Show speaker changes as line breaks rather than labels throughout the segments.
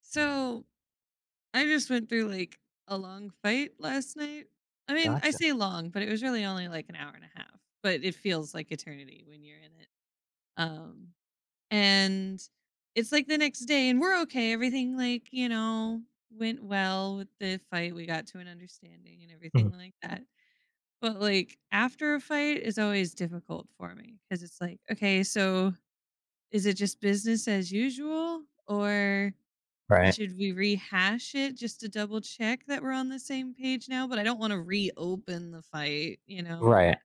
So I just went through like a long fight last night. I mean, I
Gotcha.
say long, but it was really only like an hour and a half, but it feels like eternity when you're in it. Um, and it's like the next day, and we're okay. Everything, went well with the fight. We got to an understanding and everything
Mhm.
like that. But like after a fight is always difficult for me because it's like, okay, so is it just business as usual? Or
Right.
should we rehash it just to double check that we're on the same page now? But I don't wanna reopen the fight?
Right.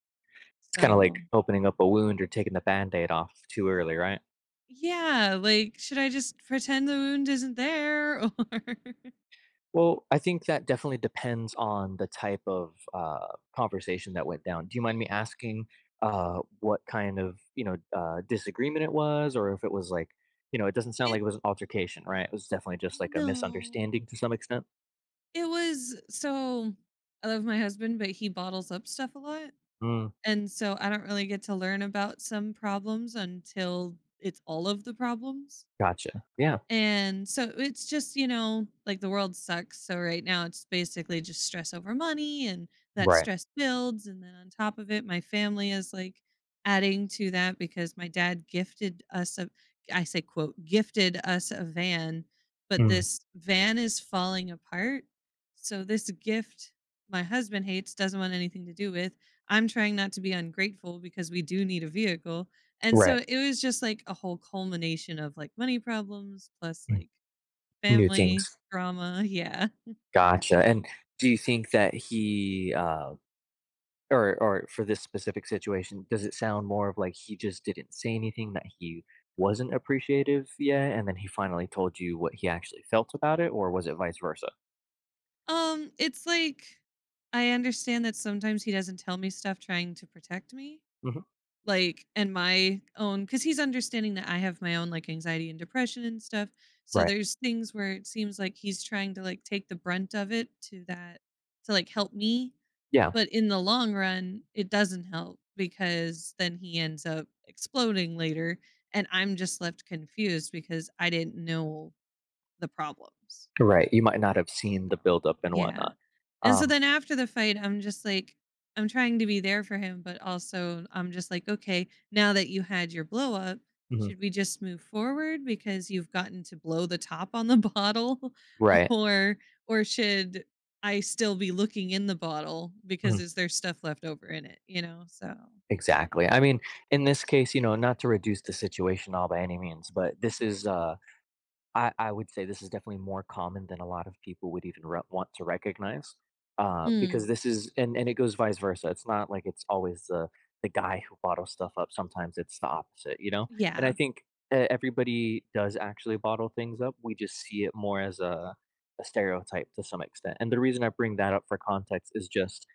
It's kinda like
So
opening up a wound or taking the Band-Aid off too early, right?
yeah, like, should I just pretend the wound isn't there? Or
Well, I think that definitely depends on the type of conversation that went down. Do you mind me asking, what kind of disagreement it was, or if it was like, it doesn't sound like
it
it was an altercation, right? It was definitely just like a
no.
misunderstanding to some extent?
It was so I love my husband, but he bottles up stuff a lot,
Mm,
and so I don't really get to learn about some problems until it's all of the problems.
gotcha. Yeah.
And so it's just like the world sucks. So right now it's basically just stress over money and that
Right.
stress builds. And then on top of it, my family is like adding to that because my dad gifted us a, I say, quote, gifted us a van, but
Mm.
this van is falling apart. So this gift my husband hates, doesn't want anything to do with. I'm trying not to be ungrateful because we do need a vehicle, and so
Right.
it was just like a whole culmination of like money problems plus
Mm.
like
New
family
things.
drama. Yeah.
Gotcha, and do you think that he, or for this specific situation, does it sound more of like he just didn't say anything, that he wasn't appreciative yet, and then he finally told you what he actually felt about it, or was it vice versa?
It's like I understand that sometimes he doesn't tell me stuff trying to protect me.
Mhm.
Like, and my own, because he's understanding that I have my own like anxiety and depression and stuff. So
Right.
there's things where it seems like he's trying to like take the brunt of it to that, to like help me.
Yeah.
But in the long run, it doesn't help because then he ends up exploding later, and I'm just left confused because I didn't know the problems.
Right. You might not have seen
So,
the buildup and
yeah.
whatnot.
And so
Um,
then after the fight, I'm just like, I'm trying to be there for him, but also I'm just like, okay, now that you had your blow up,
mhm.
should we just move forward because you've gotten to blow the top on the bottle,
Right.
or should I still be looking in the bottle because
Mhm.
is there stuff left over in it? So,
Exactly. I mean, in this case, not to reduce the situation all by any means, but this is I would say this is definitely more common than a lot of people would even re want to recognize, because
mm,
this is and it goes vice versa. It's not like it's always the guy who bottles stuff up. Sometimes it's the opposite, you know? And I
yeah.
think e everybody does actually bottle things up. We just see it more as a stereotype to some extent. And the reason I bring that up for context is just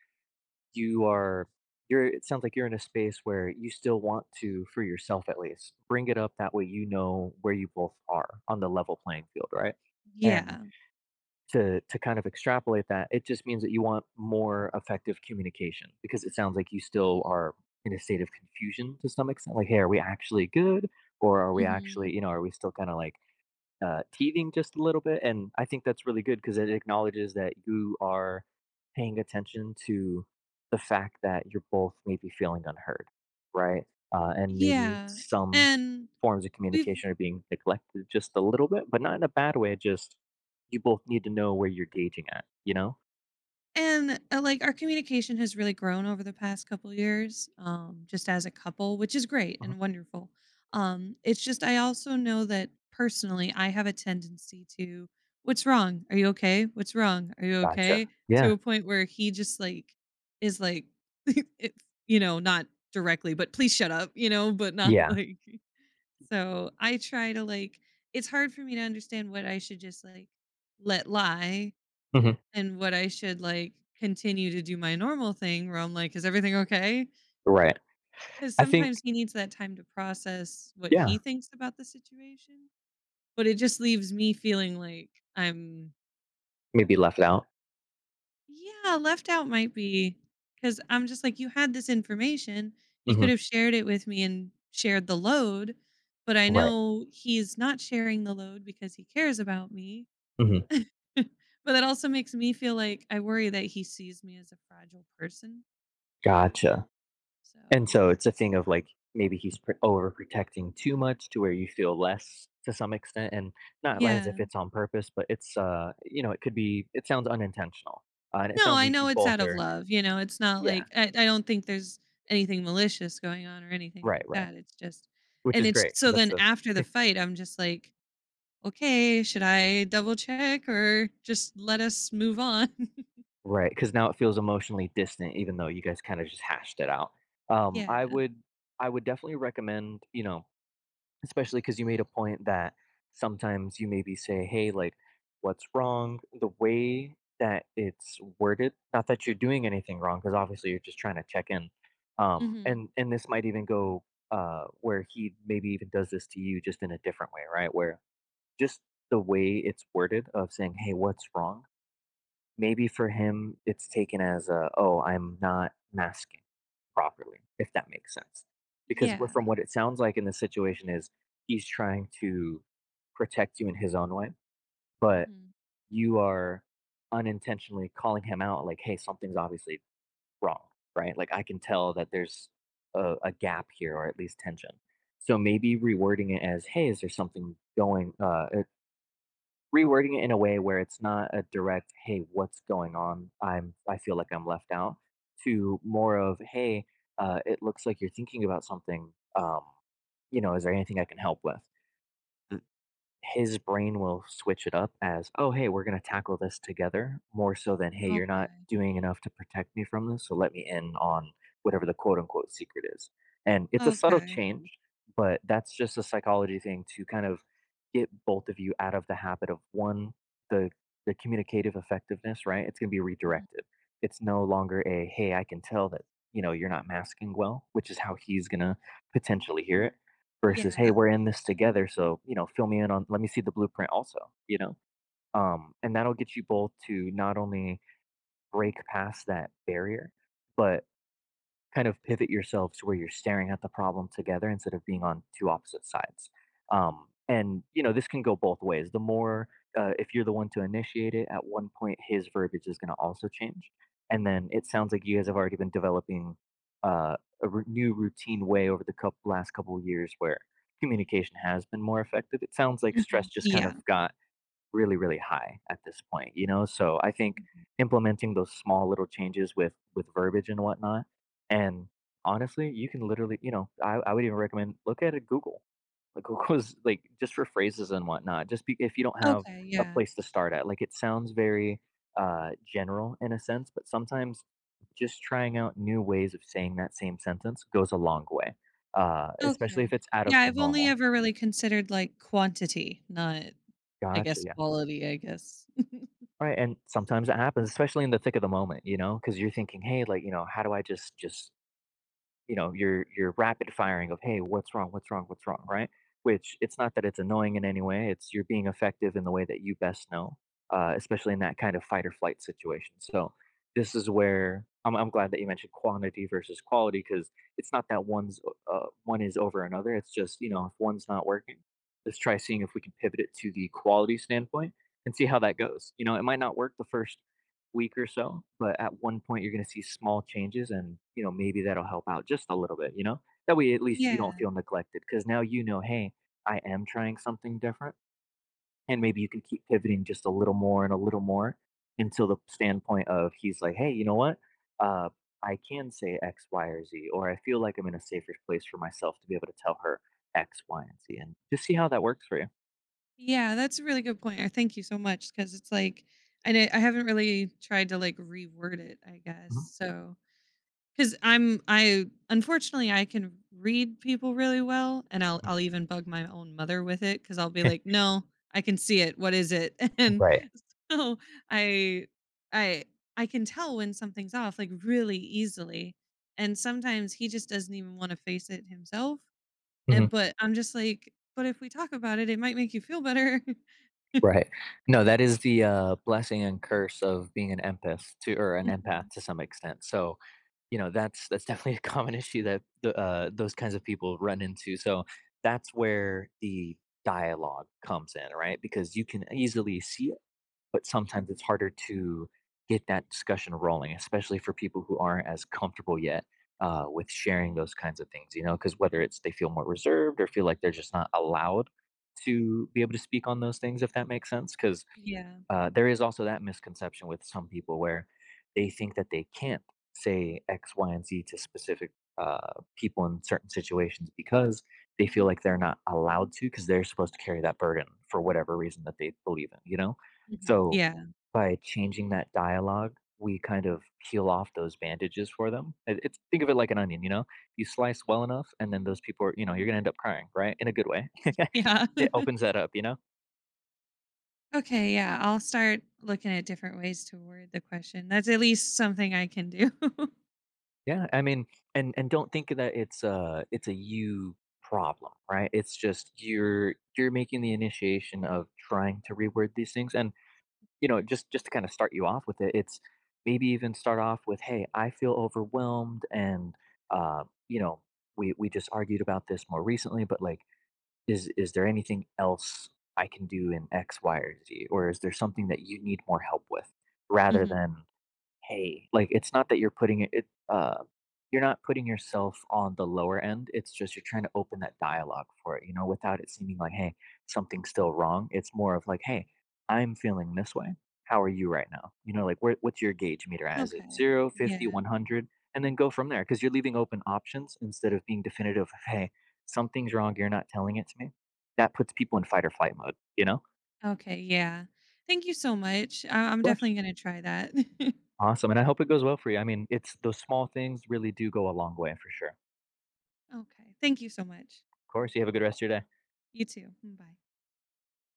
you are you're, it sounds like, you're in a space where you still want to, for yourself at least, bring it up that way, you know, where you both are on the level playing field, right? And
Yeah.
to kind of extrapolate that, it just means that you want more effective communication, because it sounds like you still are in a state of confusion to some extent, like, hey, are we actually good, or are we actually,
Mhm.
are we still kind of like, teething just a little bit? And I think that's really good because it acknowledges that you are paying attention to the fact that you're both maybe feeling unheard, right? And maybe
Yeah.
some
And
forms of
we've
communication are being neglected just a little bit, but not in a bad way. Just, you both need to know where you're gauging at, you know?
And, like, our communication has really grown over the past couple years, just as a couple, which is great
Mhm.
and wonderful. It's just I also know that personally, I have a tendency to, "What's wrong? Are you okay? What's wrong? Are you
Gotcha.
okay?" To
Yeah.
a point where he just, like, is like, it's not directly, but, "Please shut up," you know, but not
Yeah.
like so I try to, like it's hard for me to understand what I should just, like, let lie
Hmm.
and what I should like continue to do my normal thing where I'm like, is everything okay?
Right.
Because
I
sometimes
think,
he needs that time to process what
yeah,
he thinks about the situation. But it just leaves me feeling like I'm,
maybe left out.
yeah, left out might be because I'm just like, you had this information. You could
Hmm.
have shared it with me and shared the load. But I
Right.
know he's not sharing the load because he cares about me.
Hmm.
But that also makes me feel like I worry that he sees me as a fragile person.
Gotcha.
So
And so it's a thing of like, maybe he's overprotecting too much to where you feel less to some extent, and not like as if
yeah.
it's on purpose, but it's, it could be, it sounds unintentional. And it
No,
sounds
I
like
know
you
it's out
both
of
are.
love, it's not
Yeah.
like I don't think there's anything malicious going on or anything
Right,
like
right,
that, it's just
which
and
is
it's
great because
so
that's
then
a
after the fight, I'm just like, "Okay, should I double check or just let us move on?"
right, because now it feels emotionally distant even though you guys kind of just hashed it out. Um,
Yeah.
I would I would definitely recommend, especially because you made a point that sometimes you maybe say, hey, like, what's wrong? The way that it's worded, not that you're doing anything wrong, because obviously you're just trying to check in. Um,
Mhm.
and and this might even go, where he maybe even does this to you just in a different way, right? Where just the way it's worded of saying, hey, what's wrong? Maybe for him, it's taken as a, oh, I'm not masking properly, if that makes sense. Because from
Yeah.
what it sounds like in this situation is he's trying to protect you in his own way, but
Mhm.
you are unintentionally calling him out like, hey, something's obviously wrong, right? Like I can tell that there's a gap here or at least tension. So maybe rewording it as, hey, is there something going, rewording it in a way where it's not a direct, "Hey, what's going on? I feel like I'm left out," to more of, "Hey, it looks like you're thinking about something. You know, is there anything I can help with?" His brain will switch it up as, "Oh, hey, we're gonna tackle this together," more so than, "Hey, you're not
Okay.
doing enough to protect me from this, so let me in on whatever the quote unquote secret is." And it's a subtle
Okay.
change, but that's just a psychology thing to kind of get both of you out of the habit of one, the the communicative effectiveness, right? It's gonna be
Mhm.
redirected. It's no longer a, "Hey, I can tell that, you know, you're not masking well," which is how he's gonna potentially hear it versus,
Yeah.
"Hey, we're in this together, so, you know, fill me in on, let me see the blueprint also," you know? And that'll get you both to not only break past that barrier, but kind of pivot yourself to where you're staring at the problem together instead of being on two opposite sides. And you know, this can go both ways. The more, if you're the one to initiate it, at one point his verbiage is going to also change, and then it sounds like you guys have already been developing, uh, a new routine way over the last couple of years where communication has been more effective. It sounds like stress
Mhm.
just kind
Yeah.
of got really, really high at this point, you know? So I think
Mhm.
implementing those small little changes with verbiage and whatnot, and honestly, you can literally, you know, I would even recommend, look at it, Google. Like, Google's, like, just for phrases and whatnot. Just be, if you don't have
Okay,
a
yeah.
place to start at, like, it sounds very, general in a sense, but sometimes just trying out new ways of saying that same sentence goes a long way, especially
Okay.
if it's out
Yeah,
of the
I've only
normal.
ever really considered, like, quantity, not, I
Gotcha.
guess,
Yeah.
quality, I guess.
Right, and sometimes it happens, especially in the thick of the moment, you know, because 'cause you're thinking, "Hey, like, you know, how do I just you know, your rapid firing of, 'Hey, what's wrong? What's wrong? What's wrong?'" Right? Which, it's not that it's annoying in any way. It's, you're being effective in the way that you best know, especially in that kind of fight or flight situation. So this is where I'm glad that you mentioned quantity versus quality, because it's not that one is over another. It's just, you know, if one's not working, let's try seeing if we can pivot it to the quality standpoint and see how that goes. You know, it might not work the first week or so, but at one point you're going to see small changes and, you know, maybe that'll help out just a little bit, you know? That way at least you don't
Yeah.
feel neglected, because now you know, hey, I am trying something different. And maybe you can keep pivoting just a little more and a little more until the standpoint of, he's like, hey, you know what? Uh, I can say X, Y, or Z, or I feel like I'm in a safer place for myself to be able to tell her X, Y, and Z, and just see how that works for you.
Yeah, that's a really good point, or thank you so much because it's like and I d I haven't really tried to, like, reword it, I guess. So, because 'cause I'm I unfortunately, I can read people really well, and I'll
Mhm.
I'll even bug my own mother with it because 'cause I'll be like, "No, I can see it, what is it?" And
Right.
so I I I can tell when something's off, like, really easily, and sometimes he just doesn't even wanna face it himself. And
Mhm.
but I'm just like, "But if we talk about it, it might make you feel better."
Right. No, that is the, blessing and curse of being an empath, to, or an
Mhm.
empath to some extent. So, you know, that's definitely a common issue that the, those kinds of people run into. So that's where the dialogue comes in, right? Because you can easily see, but sometimes it's harder to get that discussion rolling, especially for people who aren't as comfortable yet, with sharing those kinds of things, you know, because whether it's they feel more reserved or feel like they're just not allowed to be able to speak on those things, if that makes sense. Because,
Yeah.
there is also that misconception with some people where they think that they can't say X, Y, and Z to specific, people in certain situations because they feel like they're not allowed to, because they're supposed to carry that burden for whatever reason that they believe in, you know?
Mhm.
So
Yeah.
by changing that dialogue, we kind of peel off those bandages for them. It- It's Think of it like an onion, you know. You slice well enough, and then those people are, you know, you're gonna end up crying, right? In a good way.
Yeah.
It opens that up, you know?
Okay, yeah, I'll start looking at different ways to word the question. That's at least something I can do.
Yeah, I mean, and don't think that it's a, you problem, right? It's just you're making the initiation of trying to reword these things, and you know, just to kind of start you off with it, it's maybe even start off with, "Hey, I feel overwhelmed," and, you know, we just argued about this more recently, but like, is there anything else I can do in X, Y, or Z, or is there something that you need more help with, rather
Mhm.
than, hey, like, it's not that you're putting it, you're not putting yourself on the lower end, it's just you're trying to open that dialogue for it, you know, without it seeming like, "Hey, something's still wrong." It's more of like, "Hey, I'm feeling this way. How are you right now?" You know, like, where, what's your gauge meter at? Is it
Okay.
0, 50,
Yeah.
100? And then go from there, because 'cause you're leaving open options instead of being definitive, of, "Hey, something's wrong, you're not telling it to me." That puts people in fight or flight mode, you know? Of
Okay, yeah. Thank you so much. I'm
course.
definitely gonna try that.
Awesome, and I hope it goes well for you. I mean, it's those small things really do go a long way for sure. Of
Okay. Thank you so much.
course, you have a good rest of your day.
You too. Mm, bye.